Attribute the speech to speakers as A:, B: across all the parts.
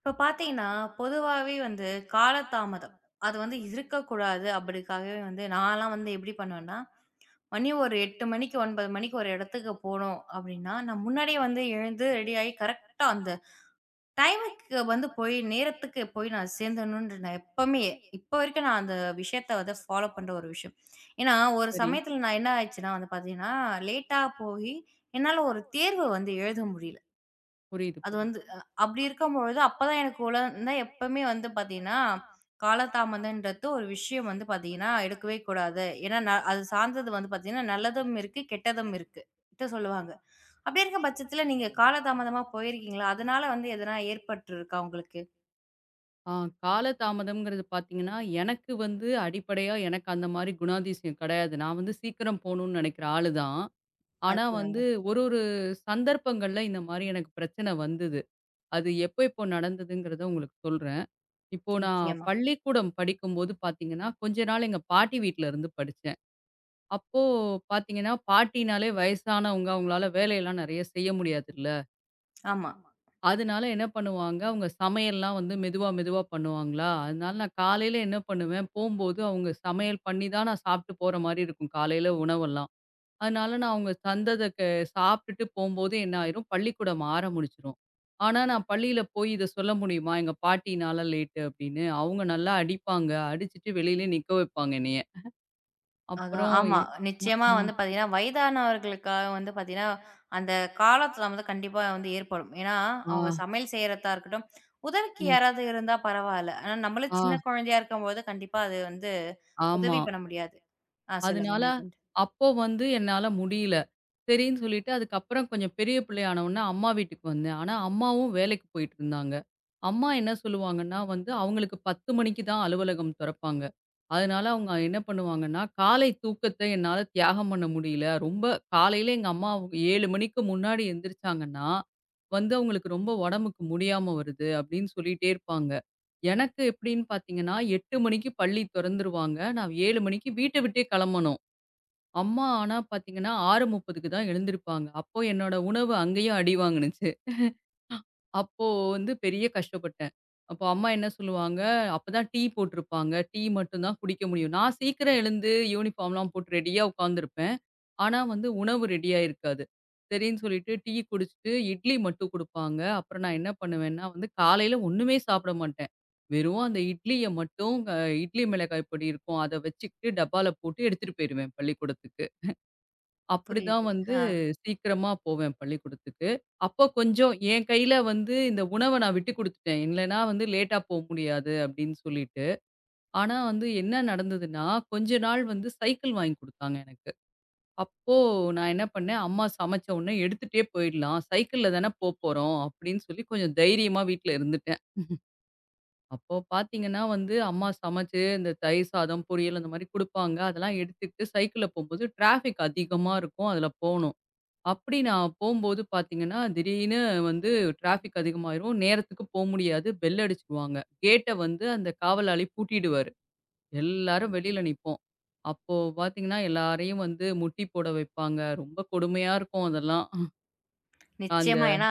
A: இப்ப பார்த்தீங்கன்னா, பொதுவாவே வந்து காலதாமதம். அது வந்து இருக்கக்கூடாது அப்படிக்காகவே வந்து நான்லாம் வந்து எப்படி பண்ணுவேன்னா, மணி ஒரு 8 மணிக்கு 9 மணிக்கு ஒரு இடத்துக்கு போணும் அப்படின்னா, நான் முன்னாடியே வந்து எழுந்து ரெடியாயி கரெக்ட்டா அந்த டைமுக்கு வந்து போய் நேரத்துக்கு போய் நான் சேர்ந்தணும்ன்ற நான் எப்பவுமே இப்போ வரைக்கும் நான் அந்த விஷயத்த வந்து ஃபாலோ பண்ற ஒரு விஷயம். ஏன்னா, ஒரு
B: சரி.
A: சமயத்துல நான் என்ன ஆயிடுச்சுன்னா வந்து பார்த்தீங்கன்னா, லேட்டா போயி என்னால ஒரு தேர்வு வந்து எழுத முடியல.
B: புரியுது,
A: அது
B: புரியுது.
A: வந்து அப்படி இருக்கும்பொழுது அப்பதான் எனக்கு குழந்தை எப்பவுமே வந்து பார்த்தீங்கன்னா, காலதாமதம்ன்றது ஒரு விஷயம் வந்து பார்த்தீங்கன்னா, எடுக்கவே கூடாது. ஏன்னா, அது சார்ந்தது வந்து பார்த்தீங்கன்னா, நல்லதும் இருக்கு, கெட்டதும் இருக்கு ட்டு சொல்லுவாங்க. அப்படி இருக்க பட்சத்தில நீங்க காலதாமதமா போயிருக்கீங்களா? அதனால வந்து எதனா ஏற்பட்டுருக்கா உங்களுக்கு?
B: ஆ கால தாமதம்ங்கிறது பார்த்தீங்கன்னா, எனக்கு வந்து அடிப்படையா எனக்கு அந்த மாரி குணாதிசயம் கிடையாது. நான் வந்து சீக்கிரம் போணும்னு நினைக்கிற ஆளு தான். ஆனா
A: அற்புதங்க.
B: வந்து ஒரு ஒரு சந்தர்ப்பங்கள்ல இந்த மாரி எனக்கு பிரச்சனை வந்தது. அது எப்போ எப்போ நடந்ததுங்கிறத உங்களுக்கு சொல்றேன். இப்போ நான்
A: நிச்சயமா.
B: பள்ளிக்கூடம் படிக்கும்போது பார்த்தீங்கன்னா, கொஞ்ச நாள் எங்க பாட்டி வீட்ல இருந்து படிச்சேன். அப்போ பார்த்தீங்கன்னா, பாட்டினாலே வயசானவங்க, அவங்களால வேலையெல்லாம் நெறைய செய்ய முடியாதுல்ல.
A: ஆமா.
B: அதனால என்ன பண்ணுவாங்க, அவங்க சமையல்லாம் வந்து மெதுவா, மெதுவா பண்ணுவாங்களா, அதனால நான் காலையில என்ன பண்ணுவேன், போம்போது அவங்க சமையல் பண்ணி தான் நான் சாப்பிட்டு போற மாரி இருக்கும், காலையில உணவெல்லாம். அதனால நான் அவங்க தந்தத சாப்பிட்டுட்டு போம்போது என்ன ஆயிரும், பள்ளிக்கூடம் ஆற முடிச்சுரும். ஆனா, நான் பள்ளியில போய் இத சொல்ல முடியுமா, "எங்க பாட்டினால லேட்டு" அப்படின்னு. அவங்க நல்லா அடிப்பாங்க, அடிச்சுட்டு வெளியிலே நிக்க வைப்பாங்க என்னைய.
A: அதான்.
B: அப்புறம்
A: ஆமா.
B: அ,
A: நிச்சயமா
B: ஆ,
A: வந்து பார்த்தீங்கன்னா, வயதானவர்களுக்காக வந்து பார்த்தீங்கன்னா, அந்த காலத்துல வந்து கண்டிப்பா வந்து ஏற்படும். ஏன்னா,
B: ஆ,
A: அவங்க சமையல் செய்றதா இருக்கட்டும், உதவிக்கு
B: ம்,
A: யாராவது இருந்தா பரவால்ல. ஆனா, நம்மளே
B: ஆ,
A: சின்ன குழந்தையா இருக்கும்போது, கண்டிப்பா அது வந்து
B: ஆமா.
A: உதவி பண்ண முடியாது. ஆ சொல்லுங்க
B: அதனால,
A: மேற்கொண்டு.
B: அப்போ வந்து என்னால முடியல. சரின்னு சொல்லிட்டு அதுக்கப்புறம் கொஞ்சம் பெரிய பிள்ளை ஆன உடனே அம்மா வீட்டுக்கு வந்தேன். ஆனா, அம்மாவும் வேலைக்கு போயிட்டு இருந்தாங்க. அம்மா என்ன சொல்லுவாங்கன்னா வந்து, அவங்களுக்கு 10 மணிக்கு தான் அலுவலகம் தொறப்பாங்க. அதனால அவங்க என்ன பண்ணுவாங்கன்னா, காலை தூக்கத்த என்னால தியாகம் பண்ண முடியல. ரொம்ப காலையில எங்க அம்மா 7 மணிக்கு முன்னாடி எந்திரிச்சாங்கன்னா, வந்து அவங்களுக்கு ரொம்ப உடம்புக்கு முடியாம வருது அப்படின்னு சொல்லிட்டே இருப்பாங்க. எனக்கு எப்படின்னு பார்த்தீங்கன்னா, 8 மணிக்கு பள்ளி தொறந்துருவாங்க. நான் 7 மணிக்கு வீட்ட விட்டே கிளம்பணும். அம்மா ஆனா பாத்தீங்கன்னா 6:30க்கு தான் எழுந்திருப்பாங்க. அப்போ என்னோட உணவு அங்கேயும் அடி வாங்குனுச்சு. அப்போ வந்து பெரிய கஷ்டப்பட்டேன். அப்போ அம்மா என்ன சொல்லுவாங்க, அப்பதான் டீ போட்டிருப்பாங்க. டீ மட்டும் தான் குடிக்க முடியும். நான் சீக்கிரம் எழுந்து யூனிஃபார்ம்லாம் போட்டு ரெடியா உட்காந்துருப்பேன். ஆனா வந்து உணவு ரெடியா இருக்காது. சரின்னு சொல்லிட்டு டீ குடிச்சிட்டு இட்லி மட்டும் குடுப்பாங்க. அப்புறம் நான் என்ன பண்ணுவேன்னா வந்து காலையில ஒண்ணுமே சாப்பிட மாட்டேன். வெறும் அந்த இட்லிய மட்டும் இட்லி மிளகாய் பொடி இருக்கும். அத வச்சுக்கிட்டு டப்பால போட்டு எடுத்துட்டு போயிருவேன் பள்ளிக்கூடத்துக்கு. அப்படிதான்
A: புரியுது.
B: வந்து
A: ஆ.
B: சீக்கிரமா போவேன் பள்ளிக்கூடத்துக்கு. அப்போ கொஞ்சம் என் கையில வந்து இந்த உணவ நான் விட்டுக் குடுத்துட்டேன். இல்லன்னா வந்து லேட்டா போ முடியாது அப்படின்னு சொல்லிட்டு. ஆனா வந்து என்ன நடந்ததுன்னா, கொஞ்ச நாள் வந்து சைக்கிள் வாங்கி குடுத்தாங்க எனக்கு. அப்போ நான் என்ன பண்ணேன், அம்மா சமைச்ச உடனே எடுத்துட்டே போயிடலாம். சைக்கிள்ல தானே போப்போறோம் அப்படின்னு சொல்லி கொஞ்சம் தைரியமா வீட்ல இருந்துட்டேன். அப்போ பார்த்தீங்கன்னா வந்து அம்மா சமைச்சு இந்த தயிர் சாதம், பொரியல் அந்த மாரி குடுப்பாங்க. அதெல்லாம் எடுத்துக்கிட்டு சைக்கிள்ல போம்போது டிராஃபிக் அதிகமா இருக்கும். அதுல போணும். அப்படி நான் போம்போது பார்த்தீங்கன்னா, திடீர்னு வந்து டிராஃபிக் அதிகமாயிரும். நேரத்துக்கு போ முடியாது. பெல் அடிச்சுருவாங்க. கேட்ட வந்து அந்த காவலாளி பூட்டிடுவாரு. எல்லாரும் வெளியில நிப்போம். அப்போ பார்த்தீங்கன்னா, எல்லாரையும் வந்து முட்டி போட வைப்பாங்க. ரொம்ப கொடுமையா இருக்கும் அதெல்லாம். அந்த
A: நிச்சயமா. ஏன்னா,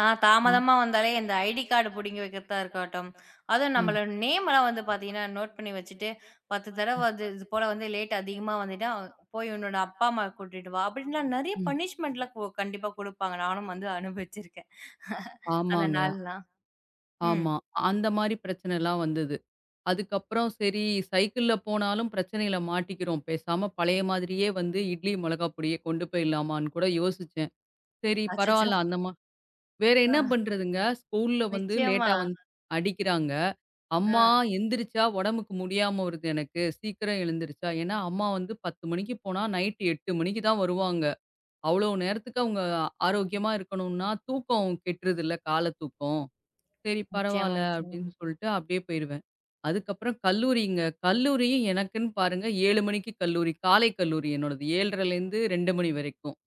B: ம்,
A: தாமதமா வந்தாலே இந்த ஐடி கார்டு புடுங்கி வைக்கிறதா இருக்கட்டும், அதுவும்
B: ம்,
A: நம்மளோட நேம்லாம் வந்து பார்த்தீங்கன்னா, நோட் பண்ணி வச்சுட்டு 10 தடவ
B: ம்,
A: வந்து இது போல வந்து லேட் அதிகமா வந்துட்டா, "போய் உன்னோட அப்பா அம்மாவ கூட்டிட்டு வா" அப்படின்லாம் நெறைய
B: ம்.
A: பனிஷ்மென்ட்லாம் கண்டிப்பா குடுப்பாங்க. நானும் வந்து அனுபவிச்சிருக்கேன். அந்த
B: ஆமாங்க.
A: நாள்லாம். ம்.
B: ஆமா. அந்த மாரி பிரச்சனைலாம் வந்தது. அதுக்கப்புறம் சரி சைக்கிள்ல போனாலும் பிரச்சனையில மாட்டிக்கிறோம். பேசாம பழைய மாதிரியே வந்து இட்லி, மிளகா பொடிய கொண்டு போயிடலாமான்னு கூட யோசிச்சேன். சரி
A: அச்சச்சோ!
B: பரவால்ல அந்த மா வேற
A: ஆ
B: என்ன பண்றதுங்க? ஸ்கூல்ல வந்து
A: நிச்சயமா.
B: லேட்டா வந்து அடிக்கிறாங்க.
A: ஆ
B: அம்மா எந்திரிச்சா உடம்புக்கு முடியாம வருது எனக்கு. சீக்கிரம் எழுந்திரிச்சா. ஏன்னா அம்மா வந்து 10:00 மணிக்கு போனா நைட் 8:00 மணிக்கு தான் வருவாங்க. அவ்வளோ நேரத்துக்கு அவங்க ஆரோக்கியமா இருக்கணும்னா, தூக்கம் கெட்டுருதுல்ல கால தூக்கம். சரி பரவால்ல
A: நிச்சயமா.
B: அப்படின்னு சொல்லிட்டு அப்படியே போயிருவேன். அதுக்கப்புறம் கல்லூரிங்க. கல்லூரியும் எனக்குன்னு பாருங்க 7:00 மணிக்கு கல்லூரி. காலை கல்லூரி என்னோடது. 7:30லேருந்து 2:00 மணி வரைக்கும்.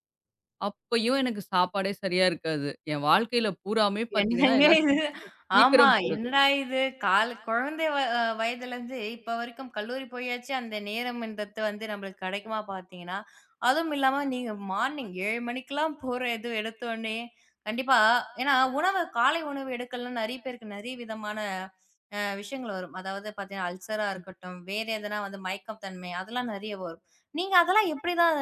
B: அப்பயும் எனக்கு சாப்பாடே சரியா இருக்காது. என் வாழ்க்கையில பூராமே பார்த்தீங்கன்னா,
A: என்னங்க
B: எல்லாம்
A: இது? ஆமா.
B: சீக்கிரம் போறது.
A: என்னடா இது? கால் குழந்தை வ அ வயதிலேருந்து இப்ப வரைக்கும் கல்லூரி போயாச்சு, அந்த நேரம்ன்றது வந்து நம்மளுக்கு கிடைக்குமா பார்த்தீங்கன்னா, அதுவும் இல்லாம நீங்க மார்னிங் 7 மணிக்கெல்லாம் போற இது எடுத்தோனே, கண்டிப்பா ஏன்னா உணவு காலை உணவு எடுக்கலன்னா நெறைய பேருக்கு நெறைய விதமான விஷயங்கள் வரும். அதாவது பார்த்தீங்கன்னா, அல்சரா இருக்கட்டும், வேற எதனா வந்து மயக்கம் தன்மை அதெல்லாம் நெறைய வரும். நீங்க அதெல்லாம் எப்படி தான்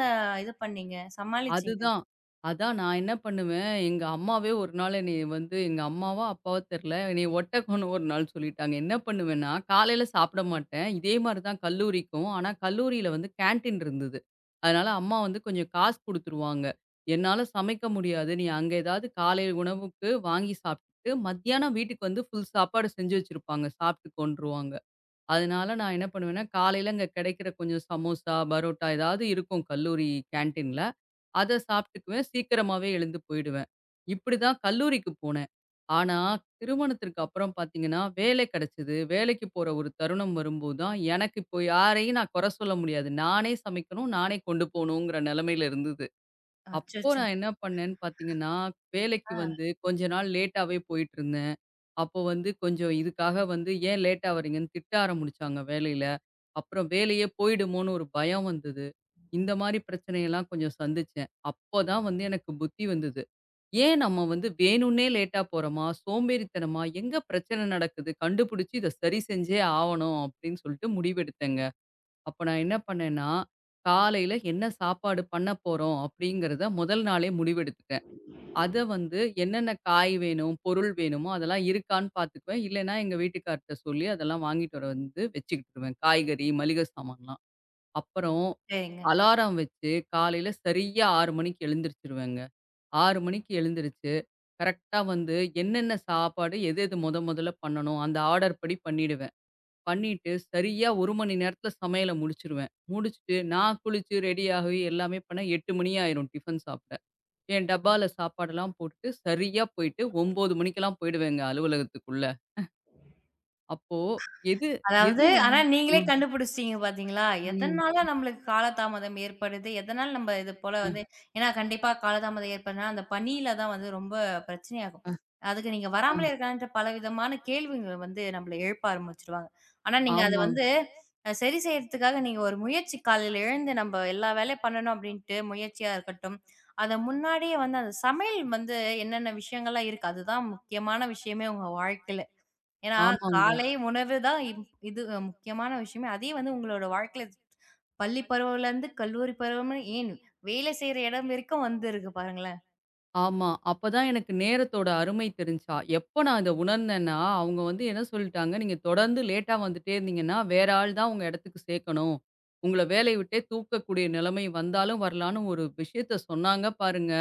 A: இது பண்ணீங்க? சமாளிச்சீங்க?
B: அதுதான். அதான் நான் என்ன பண்ணுவேன், எங்க அம்மாவே ஒரு நாள் என்னைய வந்து எங்க அம்மாவோ, அப்பாவோ தெர்ல. என்னைய ஒட்டக்கோன்னு ஒரு நாள் சொல்லிட்டாங்க. என்ன பண்ணுவேன்னா, காலையில சாப்பிட மாட்டேன். இதே மாரி தான் கல்லூரிக்கும். ஆனா கல்லூரியில வந்து கேன்டீன் இருந்தது. அதனால அம்மா வந்து கொஞ்சம் காசு குடுத்துருவாங்க. "என்னால சமைக்க முடியாது. நீ அங்க ஏதாவது காலை உணவுக்கு வாங்கி சாப்ட்டுட்டு, மத்தியானம் வீட்டுக்கு வந்து ஃபுல் சாப்பாடு செஞ்சு வச்சிருப்பாங்க. சாப்ட்டுக்கோன்ருவாங்க." அதனால நான் என்ன பண்ணுவேன்னா, காலையில அங்க கிடைக்கிற கொஞ்சம் சமோசா, பரோட்டா ஏதாவது இருக்கும் கல்லூரி கேன்டீன்ல. அத சாப்பிட்டுக்குவேன். சீக்கிரமாவே எழுந்து போயிடுவேன். இப்படிதான் கல்லூரிக்கு போனேன். ஆனா, திருமணத்திற்கு அப்புறம் பார்த்தீங்கன்னா, வேலை கிடைச்சது. வேலைக்கு போற ஒரு தருணம் வரும்போது தான், எனக்கு இப்போ யாரையும் நான் குறை சொல்ல முடியாது. நானே சமைக்கணும், நானே கொண்டு போணுங்கிற நிலைமையில இருந்தது. அப்போ
A: அச்சச்சோ!
B: நான் என்ன பண்ணேன்னு பார்த்தீங்கன்னா, வேலைக்கு
A: ஆ
B: வந்து கொஞ்ச நாள் லேட்டாவே போயிட்டுருந்தேன். அப்போ வந்து கொஞ்சம் இதுக்காக வந்து ஏன் லேட்டா வரீங்கன்னு திட்ட ஆரம்பிச்சாங்க வேலையில. அப்புறம் வேலையே போயிடுமோன்னு ஒரு பயம் வந்தது. இந்த மாரி பிரச்சனையெல்லாம் கொஞ்சம் சந்திச்சேன். அப்போ தான் வந்து எனக்கு புத்தி வந்தது. ஏன் நம்ம வந்து வேணும்னே லேட்டா போறோமா? சோம்பேறித்தனமா? எங்க பிரச்சனை நடக்குது? கண்டுபிடிச்சு இத சரி செஞ்சே ஆவணும் அப்படின்னு சொல்லிட்டு முடிவெடுத்தேங்க. அப்ப நான் என்ன பண்ணேன்னா, காலையில என்ன சாப்பாடு பண்ண போறோம் அப்படிங்கிறத முதல் நாளே முடிவெடுத்துட்டேன். அத வந்து என்னென்ன காய் வேணும், பொருள் வேணுமோ அதெல்லாம் இருக்கான்னு பார்த்துக்குவேன். இல்லன்னா, எங்க வீட்டுக்கார்ட்ட சொல்லி அதெல்லாம் வாங்கிட்டு வர வந்து வச்சுக்கிட்டுருவேன். காய்கறி, மளிகை சாமான்லாம். அப்புறம்
A: சரிங்க.
B: அலாரம் வச்சு காலையில சரியா 6 மணிக்கு எழுந்திரிச்சுருவேங்க. 6 மணிக்கு எழுந்திரிச்சு, கரெக்ட்டா வந்து என்னென்ன சாப்பாடு, எது எது மொதல்ல பண்ணணும், அந்த ஆர்டர் படி பண்ணிடுவேன். பண்ணிட்டு சரியா 1 மணி நேரத்தில சமையல முடிச்சுருவேன். முடிச்சுட்டு நான் குளிச்சு ரெடி ஆகி எல்லாமே பண்ண 8 மணி ஆயிரும் டிஃபன் சாப்பிட. என் டப்பால சாப்பாடெல்லாம் போட்டுட்டு, சரியா போயிட்டு 9:00 மணிக்கெல்லாம் போயிடுவேங்க அலுவலகத்துக்குள்ள. அப்போ எது எது
A: அதாவது
B: வேணா
A: ஆனா
B: ஆ,
A: நீங்களே கண்டுபிடிச்சிட்டீங்க பார்த்தீங்களா?
B: ம்.
A: எதனால நம்மளுக்கு காலதாமதம் ஏற்படுது? எதனால நம்ம இது போல
B: அ,
A: வந்து ஏன்னா கண்டிப்பா காலதாமதம் ஏற்படுதுனா, அந்த பணியில தான் வந்து ரொம்ப பிரச்சனையாகும்.
B: அ,
A: அதுக்கு நீங்க
B: ஆ.
A: வராமலே இருக்கலான்ட்டு பலவிதமான கேள்விங்க வந்து நம்மள எழுப்ப ஆரம்பிச்சுருவாங்க. ஆனா நீங்க அத
B: ஆமா,
A: வந்து சரி செய்யறதுக்காக நீங்க ஒரு முயற்சி காலையில எழுந்து நம்ம எல்லா வேலையும் பண்ணணும் அப்டின்ட்டு முயற்சியா இருக்கட்டும். அத முன்னாடியே வந்து அந்த சமையல் வந்து என்னென்ன விஷயங்கள்லாம் இருக்கு? அதுதான் முக்கியமான விஷயமே உங்க வாழ்க்கையில. ஏன்னா,
B: ஆமாங்க.
A: காலை உணவு தான் இது முக்கியமான விஷயமே. அதே வந்து உங்களோட வாழ்க்கையில பள்ளி பருவம்லருந்து கல்லூரி பருவம்னு ஏன் வேலை செய்ற இடம் வரைக்கும் வந்திருக்கு பாருங்களேன்.
B: ஆமா. அப்பதான் எனக்கு நேரத்தோட அருமை தெரிஞ்சா. எப்ப நான் இத உணர்ந்தேன்னா, அவங்க வந்து என்ன சொல்லிட்டாங்க, "நீங்க தொடர்ந்து லேட்டா வந்துட்டே இருந்தீங்கன்னா, வேற ஆள் தான் உங்க இடத்துக்கு சேர்க்கணும். உங்கள வேலைய விட்டே தூக்கக்கூடிய நிலைமை வந்தாலும் வரலான்னு" ஒரு விஷயத்த சொன்னாங்க பாருங்க.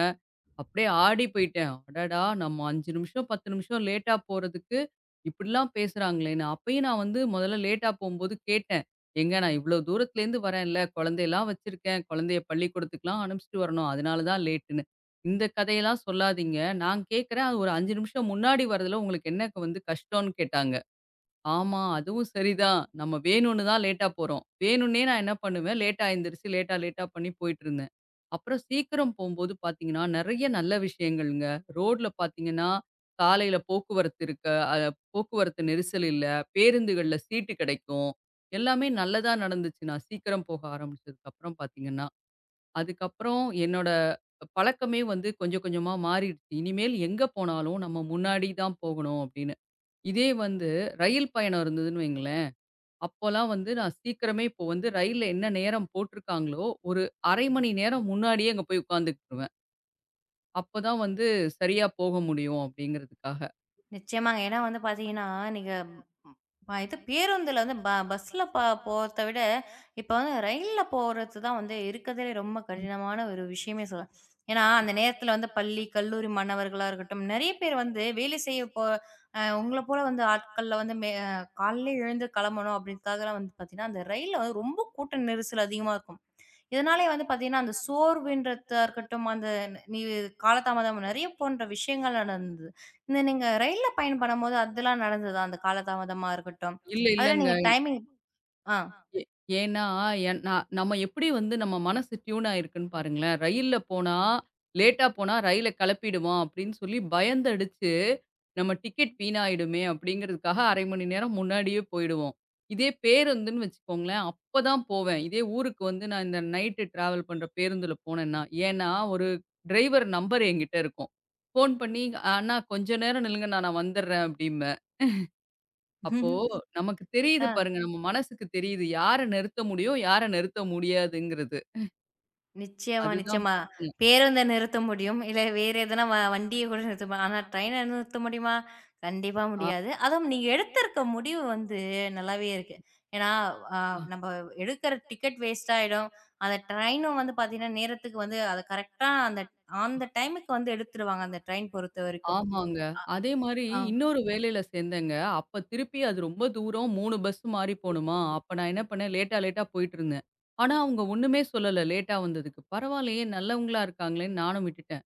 B: அப்படியே ஆடி போயிட்டேன். அடடா! நம்ம 5 நிமிஷம், 10 நிமிஷம் லேட்டா போறதுக்கு இப்படிலாம் பேசுறாங்களேன்னு. அப்பயும் நான் வந்து முதல்ல லேட்டா போம்போது கேட்டேன். "ஏங்க நான் இவ்ளோ தூரத்துலேருந்து வரேன்ல, குழந்தையெல்லாம் வச்சிருக்கேன். குழந்தைய பள்ளிக்கூடத்துக்குலாம் அனுப்பிச்சுட்டு வரணும். அதனால தான் லேட்டுன்னு." இந்த கதையெல்லாம் சொல்லாதீங்க. நான் கேட்குறேன். அது ஒரு 5 நிமிஷம் முன்னாடி வரதுல உங்களுக்கு என்ன வந்து கஷ்டம்ன்னு கேட்டாங்க. ஆமா. அதுவும் சரிதான். நம்ம வேணும்னு தான் லேட்டா போறோம். வேணும்னே நான் என்ன பண்ணுவேன், லேட்டா எந்திரிச்சு, லேட்டா லேட்டா பண்ணி போயிட்டுருந்தேன். அப்புறம் சீக்கிரம் போம்போது பார்த்தீங்கன்னா, நெறைய நல்ல விஷயங்கள்ங்க. ரோட்ல பார்த்தீங்கன்னா, காலையில போக்குவரத்து இருக்க அ போக்குவரத்து நெரிசல் இல்ல. பேருந்துகள்ல சீட்டு கிடைக்கும். எல்லாமே நல்லதா நடந்துச்சு. நான் சீக்கிரம் போக ஆரம்பிச்சதுக்கப்புறம் பார்த்தீங்கன்னா. அதுக்கப்புறம் என்னோட பழக்கமே வந்து கொஞ்சம் கொஞ்சமா மாறிடுச்சு. இனிமேல் எங்க போனாலும் நம்ம முன்னாடி தான் போகணும் அப்படின்னு. இதே வந்து ரயில் பயணம் இருந்ததுன்னு வைங்களேன், அப்போலாம் வந்து நான் சீக்கிரமே இப்போ வந்து ரயில்ல என்ன நேரம் போட்டிருக்காங்களோ, ஒரு 1/2 மணி நேரம் முன்னாடியே அங்க போய் உட்காந்துக்குருவேன். அப்பதான் வந்து சரியா போக முடியும் அப்படிங்கிறதுக்காக.
A: நிச்சயமாங்க. ஏன்னா வந்து பார்த்தீங்கன்னா, நீங்க ம், இது பேருந்துல வந்து பஸ்ல போறத விட, இப்ப வந்து ரயில்ல போறது தான் வந்து இருக்கதுலே ரொம்ப
B: ம்.
A: கடினமான ஒரு விஷயமே சொல்லலாம். ஏன்னா, அந்த நேரத்துல வந்து பள்ளி, கல்லூரி மாணவர்களா இருக்கட்டும், நெறைய பேர் வந்து வேலை செய்ய உங்கள போல வந்து ஆட்கள்ல வந்து காலையிலே எழுந்து கிளம்பணும் அப்படின்றதுக்காகலாம் வந்து பார்த்தீங்கன்னா, அந்த ரயில்ல வந்து ரொம்ப கூட்ட நெரிசல் அதிகமா இருக்கும். இதனாலயே வந்து பார்த்தீங்கன்னா, அந்த சோர்வுன்றதா இருக்கட்டும், அந்த நீ காலதாமதம் நெறைய போன்ற விஷயங்கள் நடந்தது. இந்த நீங்க ரயில்ல பயணம் பண்ணும்போது அதெல்லாம் நடந்ததா? அந்த காலதாமதமா இருக்கட்டும்.
B: இல்ல
A: அதெல்லாம்
B: இல்லங்க
A: நீங்க டைமிங் ஆ.
B: ஏ ஏன்னா, என் நான் நம்ம எப்படி வந்து நம்ம மனசு டியூன் ஆயிருக்குன்னு பாருங்களேன். ரயில்ல போனா, லேட்டா போனா ரயில கெளப்பிடுவான் அப்படின்னு சொல்லி பயந்தடிச்சு, நம்ம டிக்கெட் வீணாயிடுமே அப்படிங்கிறதுக்காக 1/2 மணி நேரம் முன்னாடியே போயிடுவோம். இதே பேருந்துன்னு வச்சுக்கோங்களேன், அப்பதான் போவேன். இதே ஊருக்கு வந்து நான் இந்த நைட்டு டிராவல் பண்ற பேருந்துல போனேன்னா, ஏன்னா ஒரு டிரைவர் நம்பர் என்கிட்ட இருக்கும். ஃபோன் பண்ணி, "அண்ணா கொஞ்ச நேரம் நில்லுங்கண்ணா நான் நான் வந்துடுறேன்" அப்படிம்பேன். அப்போ நமக்கு தெரியுது
A: ஆ.
B: பாருங்க. நம்ம மனசுக்கு தெரியுது. யார நிறுத்த முடியும், யார நிறுத்த முடியாதுங்கிறது.
A: நிச்சயமா,
B: அதுதான்
A: நிச்சயமா.
B: பிரச்சனை.
A: பேருந்த நிறுத்த முடியும். இல்ல வேற எதனா வண்டிய கூட நிறுத்த முடியும். ஆனா ட்ரெயின நிறுத்த முடியுமா? கண்டிப்பா
B: ஆ,
A: முடியாது. அதுவும் நீங்க எடுத்திருக்க முடிவு வந்து நல்லாவே இருக்கு. ஏன்னா, அ நம்ம எடுக்கிற டிக்கெட் வேஸ்ட் ஆயிடும். அந்த ட்ரெயினும் வந்து பார்த்தீங்கன்னா, நேரத்துக்கு வந்து அத கரெக்ட்டா அந்த ஆன் த டைமுக்கு வந்து எடுத்துருவாங்க, அந்த ட்ரெயின் பொறுத்தவரைக்கும்.
B: ஆமாங்க. அதே மாரி
A: ஆ.
B: இன்னொரு வேலையில சேர்ந்தேங்க. அப்ப திருப்பி அது ரொம்ப தூரம் 3 பஸ் மாறி போணுமா, அப்ப நான் என்ன பண்ணேன், லேட்டா லேட்டா போயிட்டுருந்தேன். ஆனா, அவங்க ஒண்ணுமே சொல்லல லேட்டா வந்ததுக்கு. பரவாயில்லையே நல்லவங்களா இருக்காங்களேன்னு நானும் விட்டுட்டேன்.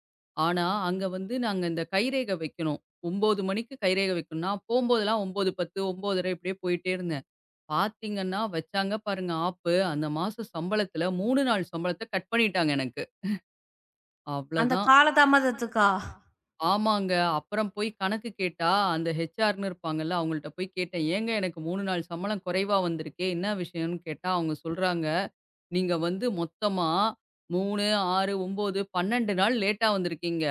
B: ஆனா, அங்க வந்து நாங்க இந்த கைரேகை வைக்கணும். 9 மணிக்கு கைரேகை வைக்கணும். நான் போம்போதெல்லாம் 9:10, 9:30 இப்படியே போயிட்டே இருந்தேன். பாத்தீங்கன்னா, வச்சாங்க பாருங்க ஆப்பு. அந்த மாசம் சம்பளத்துல 3 நாள் சம்பளத்த கட் பண்ணிட்டாங்க எனக்கு.
A: அந்த
B: அவ்ளதான்.
A: காலதாமதத்துக்கா?
B: ஆமாங்க. அப்புறம் போய் கணக்கு கேட்டா, அந்த ஹெச்ஆர்ன்னு இருப்பாங்கல்ல, அவங்கள்ட்ட போய் கேட்டேன். "ஏங்க எனக்கு 3 நாள் சம்பளம் குறைவா வந்திருக்கே, என்ன விஷயம்ன்னு?" கேட்டா, அவங்க சொல்றாங்க, "நீங்க வந்து மொத்தமா 3, 6, 9, 12 நாள் லேட்டா வந்திருக்கீங்க.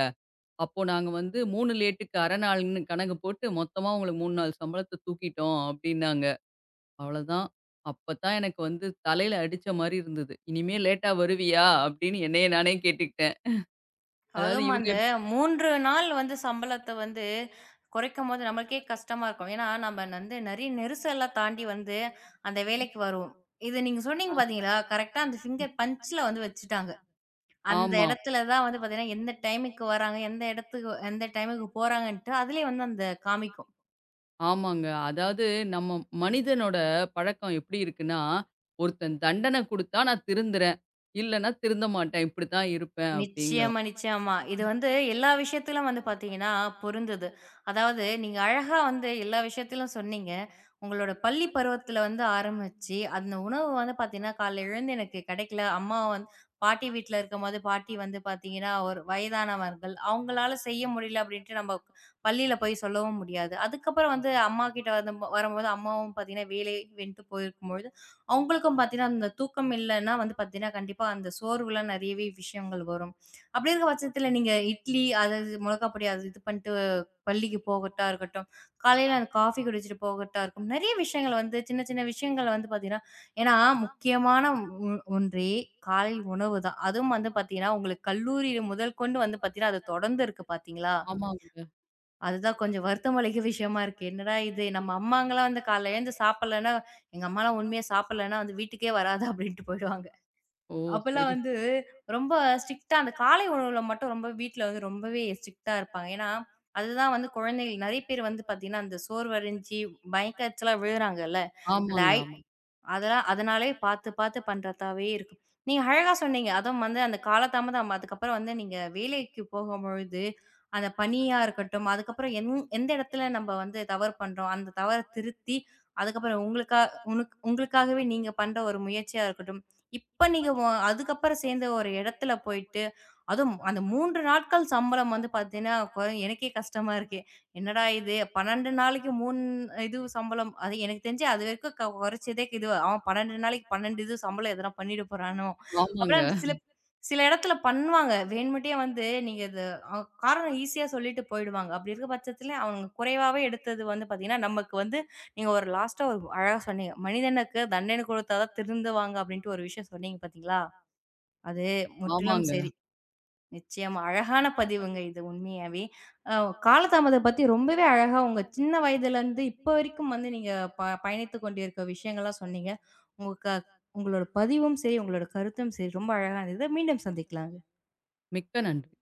B: அப்போ நாங்க வந்து 3 லேட்டுக்கு 1/2 நாள்ன்னு கணக்கு போட்டு, மொத்தமா உங்களுக்கு 3 நாள் சம்பளத்த தூக்கிட்டோம்" அப்டின்னாங்க. அவ்வளதான். அப்பதான் எனக்கு வந்து தலையில அடிச்ச மாரி இருந்தது. "இனிமே லேட்டா வருவியா?" அப்படின்னு என்னைய நானே கேட்டுக்கிட்டேன். அதாவது
A: அதுவும்
B: இவங்க
A: அந்த
B: எப்
A: 3 நாள் வந்து சம்பளத்த வந்து குறைக்கும்போது நம்மளுக்கே கஷ்டமா இருக்கும். ஏன்னா, நம்ம வந்து நெறைய நெரிசல்லாம் தாண்டி வந்து அந்த வேலைக்கு வருவோம். இது நீங்க சொன்னீங்க
B: அ
A: பார்த்தீங்களா? கரெக்ட்டா அந்த ஃபிங்கர் பஞ்ச்ல வந்து வச்சுட்டாங்க. அந்த
B: ஆமா,
A: இடத்துல தான் வந்து பார்த்தீங்கன்னா, எந்த டைமுக்கு வராங்க, எந்த இடத்துக்கு எந்த டைமுக்கு போறாங்கன்ட்டு, அதிலயே வந்து அந்த காமிக்கும்.
B: ஆமாங்க. அதாவது நம்ம மனிதனோட பழக்கம் எப்படி இருக்குன்னா, ஒருத்தன் தண்டனை குடுத்தா நான் திருந்துறேன். இல்லன்னா திருந்த மாட்டேன். இப்படித்தான் இருப்பேன் அப்படிங்கிறோம்.
A: நிச்சயமா, நிச்சயமா. இது வந்து எல்லா விஷயத்திலும் வந்து பார்த்தீங்கன்னா, பொருந்தது. அதாவது நீங்க அழகா வந்து எல்லா விஷயத்திலும் சொன்னீங்க. உங்களோட பள்ளி பருவத்தில வந்து ஆரம்பிச்சு, அந்த உணவு வந்து பார்த்தீங்கன்னா, காலைல எழுந்து எனக்கு கிடைக்கல. அம்மா வந்து பாட்டி வீட்ல இருக்கும்போது, பாட்டி வந்து பார்த்தீங்கன்னா, ஒரு வயதானவர்கள். அவங்களால செய்ய முடியல அப்படின்ட்டு நம்ம பள்ளியில போய் சொல்லவும் முடியாது. அதுக்கப்புறம் வந்து அம்மாகிட்ட வந்து வரும்போது, அம்மாவும் பார்த்தீங்கன்னா, வேலை வென்ட்டு போயிருக்கும்பொழுது அவங்களுக்கும் பார்த்தீங்கன்னா, அந்த தூக்கம் இல்லன்னா வந்து பார்த்தீங்கன்னா, கண்டிப்பா அந்த சோர்வுலாம் நெறையவே விஷயங்கள் வரும். அப்படி இருக்க பட்சத்தில நீங்க இட்லி அதாவது மொளகா பொடி அது இது பண்ணிட்டு பள்ளிக்கு போகட்டா இருக்கட்டும், காலையில அந்த காஃபி குடிச்சிட்டு போகட்டா இருக்கும். நெறைய விஷயங்கள் வந்து சின்ன சின்ன விஷயங்கள் வந்து பார்த்தீங்கன்னா, ஏன்னா முக்கியமான ஒ ஒன்றே காலை உணவு தான். அதுவும் வந்து பார்த்தீங்கன்னா, உங்களுக்கு கல்லூரி முதல் கொண்டு வந்து பார்த்தீங்கன்னா, அது தொடர்ந்து இருக்கு பார்த்தீங்களா?
B: ஆமாங்க.
A: அதுதான் கொஞ்சம் வருத்தம் அளிக்கும் விஷயமா இருக்கு. என்னடா இது நம்ம அம்மாங்கலாம் வந்து காலைல எழுந்து சாப்பிடலன்னா, எங்க அம்மாலாம் உண்மையா சாப்பிடலன்னா வந்து வீட்டுக்கே வராத அப்படின்ட்டு போயிடுவாங்க.
B: ஓ!
A: அப்பலாம்
B: சரி,
A: வந்து
B: சரி.
A: ரொம்ப ஸ்ட்ரிக்ட்டா அந்த காலை உணவுல மட்டும் ரொம்ப வீட்ல வந்து ரொம்பவே ஸ்ட்ரிக்ட்டா இருப்பாங்க. ஏன்னா, அதுதான் வந்து குழந்தைகள் நெறைய பேர் வந்து பாத்தீங்கன்னா, அந்த சோர்வடைஞ்சு மயக்க அடிச்சலாம் விழுறாங்கல்ல. அந்த
B: ஆமாங்க,
A: ஐ
B: ஆமா.
A: அதெல்லாம் அதனாலயே பார்த்து பார்த்து பண்றதாவே இருக்கும். நீங்க அழகா சொன்னீங்க. அதுவும் வந்து அந்த காலதாமதம் அதுக்கப்புறம் வந்து நீங்க வேலைக்கு போகும்பொழுது, அந்த பணியா இருக்கட்டும், அதுக்கப்புறம் எந்த இடத்துல நம்ம வந்து தவறு பண்றோம், அந்த தவற திருத்தி, அதுக்கப்புறம் உங்களுக்காகவே நீங்க பண்ற ஒரு முயற்சியா இருக்கட்டும். இப்ப நீங்க அதுக்கப்புறம் சேர்ந்த ஒரு இடத்துல போயிட்டு, அதுவும் அந்த 3 நாட்கள் சம்பளம் வந்து பார்த்தீங்கன்னா, எனக்கே கஷ்டமா இருக்கு. என்னடா இது 12 நாளைக்கு 3 இது சம்பளம். அது எனக்கு தெரிஞ்சு அதுவரைக்கும் குறைச்சதே இது. அவன் 12 நாளைக்கு 12 இது சம்பளம் எதனா பண்ணிட போறானோ!
B: ஆமாங்க,
A: அப்பலாம் சில சில இடத்துல பண்ணுவாங்க. வேணும்ட்டே வந்து நீங்க இது அ காரணம் ஈஸியா சொல்லிட்டு போயிடுவாங்க. அப்படி இருக்க பட்சத்தில அவங்க குறைவாவே எடுத்தது வந்து பார்த்தீங்கன்னா, நமக்கு வந்து நீங்க ஒரு லாஸ்ட்டா ஒரு அழகா சொன்னீங்க. "மனிதனுக்கு தண்டனை கொடுத்தா தான் திருந்துவாங்க" அப்படின்ட்டு ஒரு விஷயம் சொன்னீங்க பார்த்தீங்களா? அது முற்றிலும்
B: ஆமாங்க.
A: சரி. நிச்சயமா. அழகான பதிவுங்க இது உண்மையாவே. அ காலதாமதம் பத்தி ரொம்பவே அழகா உங்க சின்ன வயதிலருந்து இப்ப வரைக்கும் வந்து நீங்க பயணித்துக் கொண்டிருக்க விஷயங்கள்லாம் சொன்னீங்க. உங்க க உங்களோட பதிவும் சரி, உங்களோட கருத்தும் சரி ரொம்ப அழகா இருந்தது. மீண்டும் சந்திக்கலாங்க.
B: மிக்க நன்றி.